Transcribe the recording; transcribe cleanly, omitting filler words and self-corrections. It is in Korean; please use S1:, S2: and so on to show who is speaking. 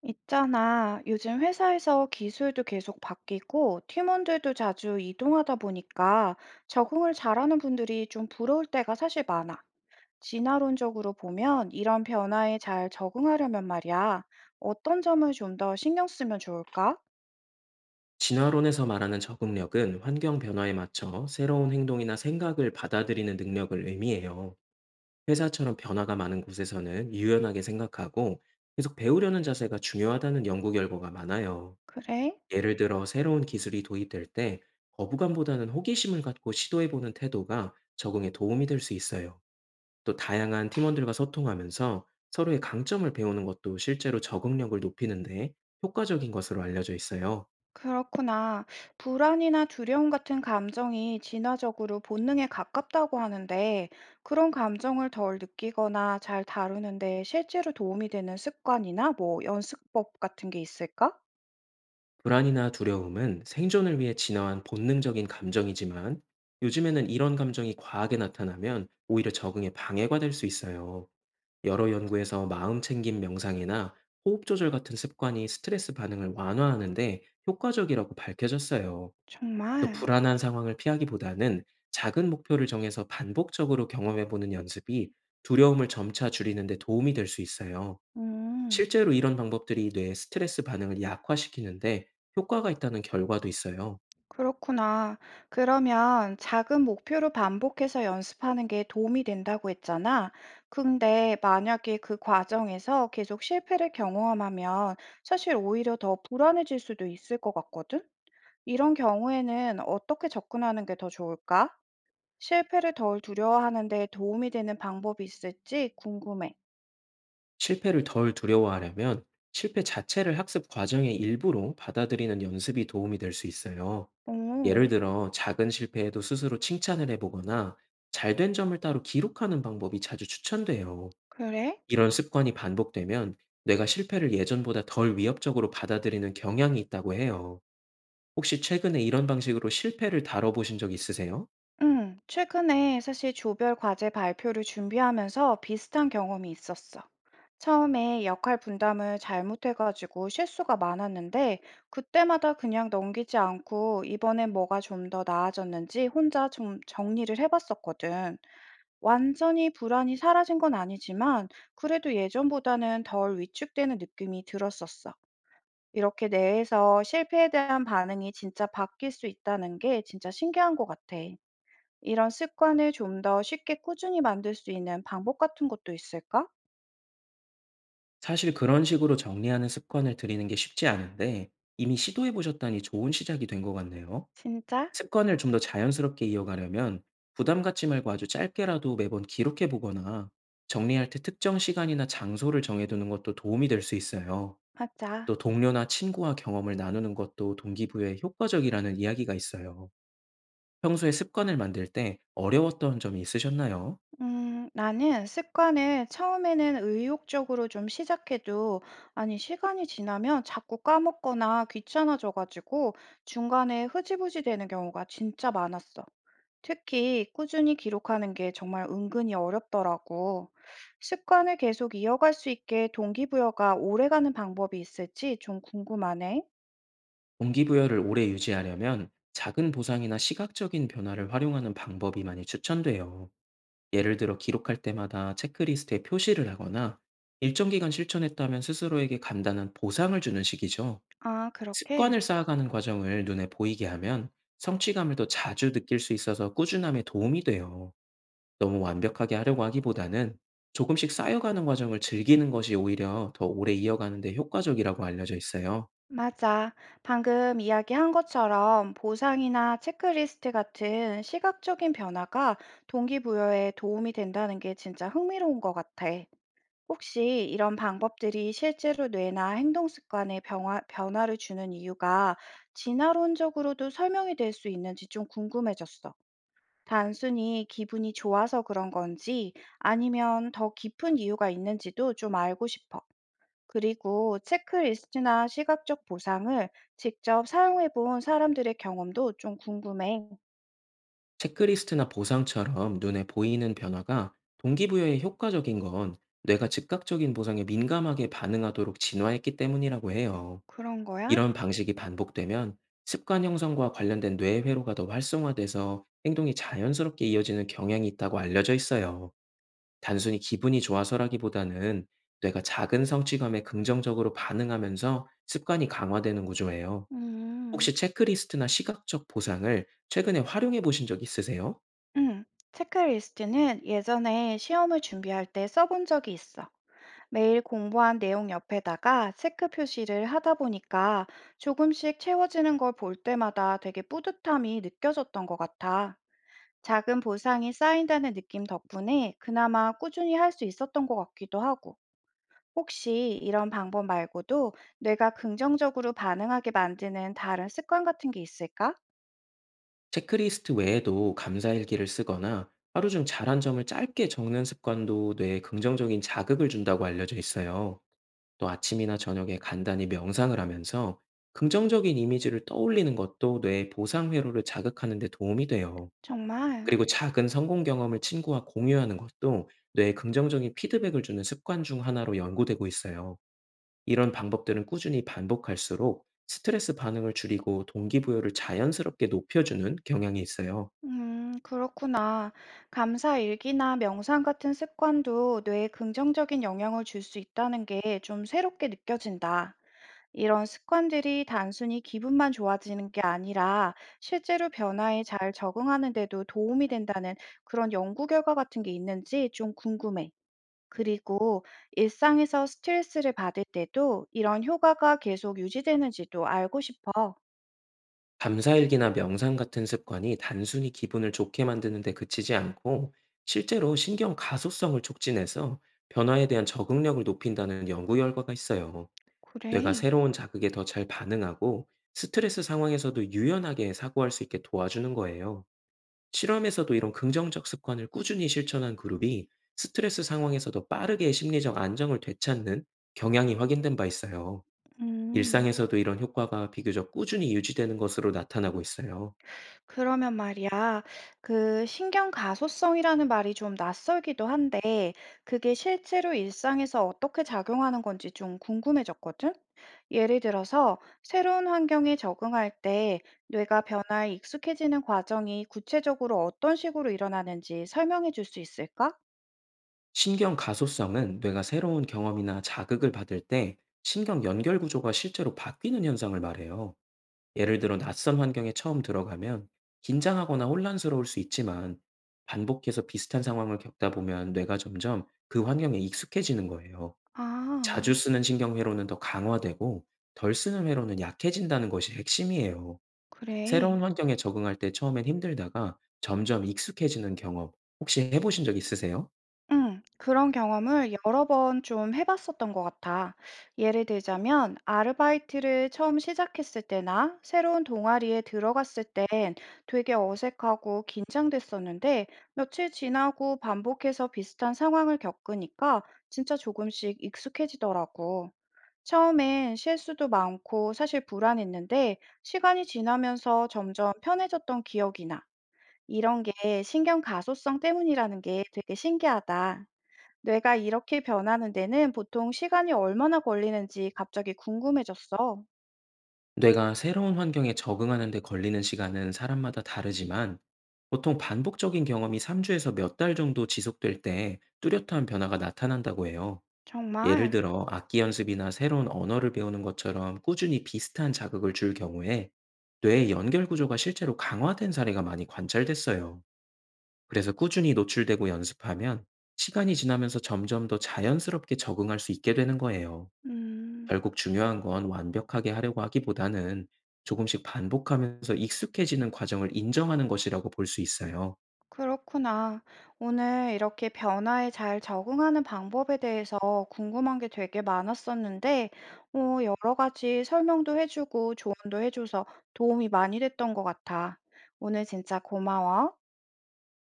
S1: 있잖아. 요즘 회사에서 기술도 계속 바뀌고 팀원들도 자주 이동하다 보니까 적응을 잘하는 분들이 좀 부러울 때가 사실 많아. 진화론적으로 보면 이런 변화에 잘 적응하려면 말이야. 어떤 점을 좀 더 신경 쓰면 좋을까?
S2: 진화론에서 말하는 적응력은 환경 변화에 맞춰 새로운 행동이나 생각을 받아들이는 능력을 의미해요. 회사처럼 변화가 많은 곳에서는 유연하게 생각하고 계속 배우려는 자세가 중요하다는 연구 결과가 많아요.
S1: 그래?
S2: 예를 들어 새로운 기술이 도입될 때 거부감보다는 호기심을 갖고 시도해보는 태도가 적응에 도움이 될 수 있어요. 또 다양한 팀원들과 소통하면서 서로의 강점을 배우는 것도 실제로 적응력을 높이는데 효과적인 것으로 알려져 있어요.
S1: 그렇구나. 불안이나 두려움 같은 감정이 진화적으로 본능에 가깝다고 하는데, 그런 감정을 덜 느끼거나 잘 다루는데 실제로 도움이 되는 습관이나 뭐 연습법 같은 게 있을까?
S2: 불안이나 두려움은 생존을 위해 진화한 본능적인 감정이지만, 요즘에는 이런 감정이 과하게 나타나면 오히려 적응에 방해가 될 수 있어요. 여러 연구에서 마음 챙김 명상이나 호흡 조절 같은 습관이 스트레스 반응을 완화하는데 효과적이라고 밝혀졌어요. 또
S1: 정말.
S2: 불안한 상황을 피하기보다는 작은 목표를 정해서 반복적으로 경험해보는 연습이 두려움을 점차 줄이는 데 도움이 될 수 있어요.
S1: 음.
S2: 실제로 이런 방법들이 뇌의 스트레스 반응을 약화시키는데 효과가 있다는 결과도 있어요.
S1: 그렇구나. 그러면 작은 목표로 반복해서 연습하는 게 도움이 된다고 했잖아. 근데 만약에 그 과정에서 계속 실패를 경험하면 사실 오히려 더 불안해질 수도 있을 것 같거든? 이런 경우에는 어떻게 접근하는 게 더 좋을까? 실패를 덜 두려워하는 데 도움이 되는 방법이 있을지 궁금해.
S2: 실패를 덜 두려워하려면 실패 자체를 학습 과정의 일부로 받아들이는 연습이 도움이 될 수 있어요. 예를
S1: 오,
S2: 들어 작은 실패에도 스스로 칭찬을 해보거나 잘된 점을 따로 기록하는 방법이 자주 추천돼요.
S1: 그래?
S2: 이런 습관이 반복되면 뇌가 실패를 예전보다 덜 위협적으로 받아들이는 경향이 있다고 해요. 혹시 최근에 이런 방식으로 실패를 다뤄보신 적 있으세요?
S1: 최근에 사실 조별 과제 발표를 준비하면서 비슷한 경험이 있었어. 처음에 역할 분담을 잘못해가지고 실수가 많았는데, 그때마다 그냥 넘기지 않고 이번엔 뭐가 좀 더 나아졌는지 혼자 좀 정리를 해봤었거든. 완전히 불안이 사라진 건 아니지만, 그래도 예전보다는 덜 위축되는 느낌이 들었었어. 이렇게 내에서 실패에 대한 반응이 진짜 바뀔 수 있다는 게 진짜 신기한 것 같아. 이런 습관을 좀 더 쉽게 꾸준히 만들 수 있는 방법 같은 것도 있을까?
S2: 사실 그런 식으로 정리하는 습관을 들이는 게 쉽지 않은데, 이미 시도해 보셨다니 좋은 시작이 된 것 같네요.
S1: 진짜?
S2: 습관을 좀 더 자연스럽게 이어가려면 부담 갖지 말고 아주 짧게라도 매번 기록해 보거나 정리할 때 특정 시간이나 장소를 정해두는 것도 도움이 될 수 있어요.
S1: 맞아.
S2: 또 동료나 친구와 경험을 나누는 것도 동기부여에 효과적이라는 이야기가 있어요. 평소에 습관을 만들 때 어려웠던 점이 있으셨나요?
S1: 나는 습관을 처음에는 의욕적으로 좀 시작해도, 아니, 시간이 지나면 자꾸 까먹거나 귀찮아져가지고 중간에 흐지부지 되는 경우가 진짜 많았어. 특히 꾸준히 기록하는 게 정말 은근히 어렵더라고. 습관을 계속 이어갈 수 있게 동기부여가 오래가는 방법이 있을지 좀 궁금하네.
S2: 동기부여를 오래 유지하려면 작은 보상이나 시각적인 변화를 활용하는 방법이 많이 추천돼요. 예를 들어 기록할 때마다 체크리스트에 표시를 하거나 일정 기간 실천했다면 스스로에게 간단한 보상을 주는 식이죠.
S1: 아, 그렇게?
S2: 습관을 쌓아가는 과정을 눈에 보이게 하면 성취감을 더 자주 느낄 수 있어서 꾸준함에 도움이 돼요. 너무 완벽하게 하려고 하기보다는 조금씩 쌓여가는 과정을 즐기는 것이 오히려 더 오래 이어가는 데 효과적이라고 알려져 있어요.
S1: 맞아. 방금 이야기한 것처럼 보상이나 체크리스트 같은 시각적인 변화가 동기부여에 도움이 된다는 게 진짜 흥미로운 것 같아. 혹시 이런 방법들이 실제로 뇌나 행동 습관에 변화를 주는 이유가 진화론적으로도 설명이 될 수 있는지 좀 궁금해졌어. 단순히 기분이 좋아서 그런 건지 아니면 더 깊은 이유가 있는지도 좀 알고 싶어. 그리고 체크리스트나 시각적 보상을 직접 사용해 본 사람들의 경험도 좀 궁금해.
S2: 체크리스트나 보상처럼 눈에 보이는 변화가 동기부여에 효과적인 건 뇌가 즉각적인 보상에 민감하게 반응하도록 진화했기 때문이라고 해요.
S1: 그런 거야?
S2: 이런 방식이 반복되면 습관 형성과 관련된 뇌 회로가 더 활성화돼서 행동이 자연스럽게 이어지는 경향이 있다고 알려져 있어요. 단순히 기분이 좋아서라기보다는 뇌가 작은 성취감에 긍정적으로 반응하면서 습관이 강화되는 구조예요.
S1: 음,
S2: 혹시 체크리스트나 시각적 보상을 최근에 활용해 보신 적 있으세요?
S1: 응, 체크리스트는 예전에 시험을 준비할 때 써본 적이 있어. 매일 공부한 내용 옆에다가 체크 표시를 하다 보니까 조금씩 채워지는 걸 볼 때마다 되게 뿌듯함이 느껴졌던 것 같아. 작은 보상이 쌓인다는 느낌 덕분에 그나마 꾸준히 할 수 있었던 것 같기도 하고. 혹시 이런 방법 말고도 뇌가 긍정적으로 반응하게 만드는 다른 습관 같은 게 있을까?
S2: 체크리스트 외에도 감사일기를 쓰거나 하루 중 잘한 점을 짧게 적는 습관도 뇌에 긍정적인 자극을 준다고 알려져 있어요. 또 아침이나 저녁에 간단히 명상을 하면서 긍정적인 이미지를 떠올리는 것도 뇌의 보상 회로를 자극하는 데 도움이 돼요.
S1: 정말?
S2: 그리고 작은 성공 경험을 친구와 공유하는 것도 뇌에 긍정적인 피드백을 주는 습관 중 하나로 연구되고 있어요. 이런 방법들은 꾸준히 반복할수록 스트레스 반응을 줄이고 동기부여를 자연스럽게 높여주는 경향이 있어요.
S1: 그렇구나. 감사 일기나 명상 같은 습관도 뇌에 긍정적인 영향을 줄 수 있다는 게 좀 새롭게 느껴진다. 이런 습관들이 단순히 기분만 좋아지는 게 아니라 실제로 변화에 잘 적응하는 데도 도움이 된다는 그런 연구 결과 같은 게 있는지 좀 궁금해. 그리고 일상에서 스트레스를 받을 때도 이런 효과가 계속 유지되는지도 알고 싶어.
S2: 감사일기나 명상 같은 습관이 단순히 기분을 좋게 만드는데 그치지 않고 실제로 신경 가소성을 촉진해서 변화에 대한 적응력을 높인다는 연구 결과가 있어요. 뇌가
S1: 그래.
S2: 새로운 자극에 더 잘 반응하고 스트레스 상황에서도 유연하게 사고할 수 있게 도와주는 거예요. 실험에서도 이런 긍정적 습관을 꾸준히 실천한 그룹이 스트레스 상황에서 더 빠르게 심리적 안정을 되찾는 경향이 확인된 바 있어요.
S1: 음,
S2: 일상에서도 이런 효과가 비교적 꾸준히 유지되는 것으로 나타나고 있어요.
S1: 그러면 말이야, 그 신경 가소성이라는 말이 좀 낯설기도 한데, 그게 실제로 일상에서 어떻게 작용하는 건지 좀 궁금해졌거든? 예를 들어서, 새로운 환경에 적응할 때 뇌가 변화에 익숙해지는 과정이 구체적으로 어떤 식으로 일어나는지 설명해 줄 수 있을까?
S2: 신경 가소성은 뇌가 새로운 경험이나 자극을 받을 때 신경 연결 구조가 실제로 바뀌는 현상을 말해요. 예를 들어 낯선 환경에 처음 들어가면 긴장하거나 혼란스러울 수 있지만, 반복해서 비슷한 상황을 겪다 보면 뇌가 점점 그 환경에 익숙해지는 거예요. 자주
S1: 아,
S2: 쓰는 신경 회로는 더 강화되고 덜 쓰는 회로는 약해진다는 것이 핵심이에요.
S1: 그래.
S2: 새로운 환경에 적응할 때 처음엔 힘들다가 점점 익숙해지는 경험, 혹시 해보신 적 있으세요?
S1: 응, 그런 경험을 여러 번 좀 해봤었던 것 같아. 예를 들자면, 아르바이트를 처음 시작했을 때나 새로운 동아리에 들어갔을 땐 되게 어색하고 긴장됐었는데, 며칠 지나고 반복해서 비슷한 상황을 겪으니까 진짜 조금씩 익숙해지더라고. 처음엔 실수도 많고 사실 불안했는데, 시간이 지나면서 점점 편해졌던 기억이나, 이런 게 신경 가소성 때문이라는 게 되게 신기하다. 뇌가 이렇게 변하는 데는 보통 시간이 얼마나 걸리는지 갑자기 궁금해졌어.
S2: 뇌가 새로운 환경에 적응하는 데 걸리는 시간은 사람마다 다르지만, 보통 반복적인 경험이 3주에서 몇 달 정도 지속될 때 뚜렷한 변화가 나타난다고 해요. 예를
S1: 정말?
S2: 들어 악기 연습이나 새로운 언어를 배우는 것처럼 꾸준히 비슷한 자극을 줄 경우에 뇌의 연결 구조가 실제로 강화된 사례가 많이 관찰됐어요. 그래서 꾸준히 노출되고 연습하면 시간이 지나면서 점점 더 자연스럽게 적응할 수 있게 되는 거예요.
S1: 음,
S2: 결국 중요한 건 완벽하게 하려고 하기보다는 조금씩 반복하면서 익숙해지는 과정을 인정하는 것이라고 볼 수 있어요.
S1: 그렇구나. 오늘 이렇게 변화에 잘 적응하는 방법에 대해서 궁금한 게 되게 많았었는데, 여러 가지 설명도 해주고 조언도 해줘서 도움이 많이 됐던 것 같아. 오늘 진짜 고마워.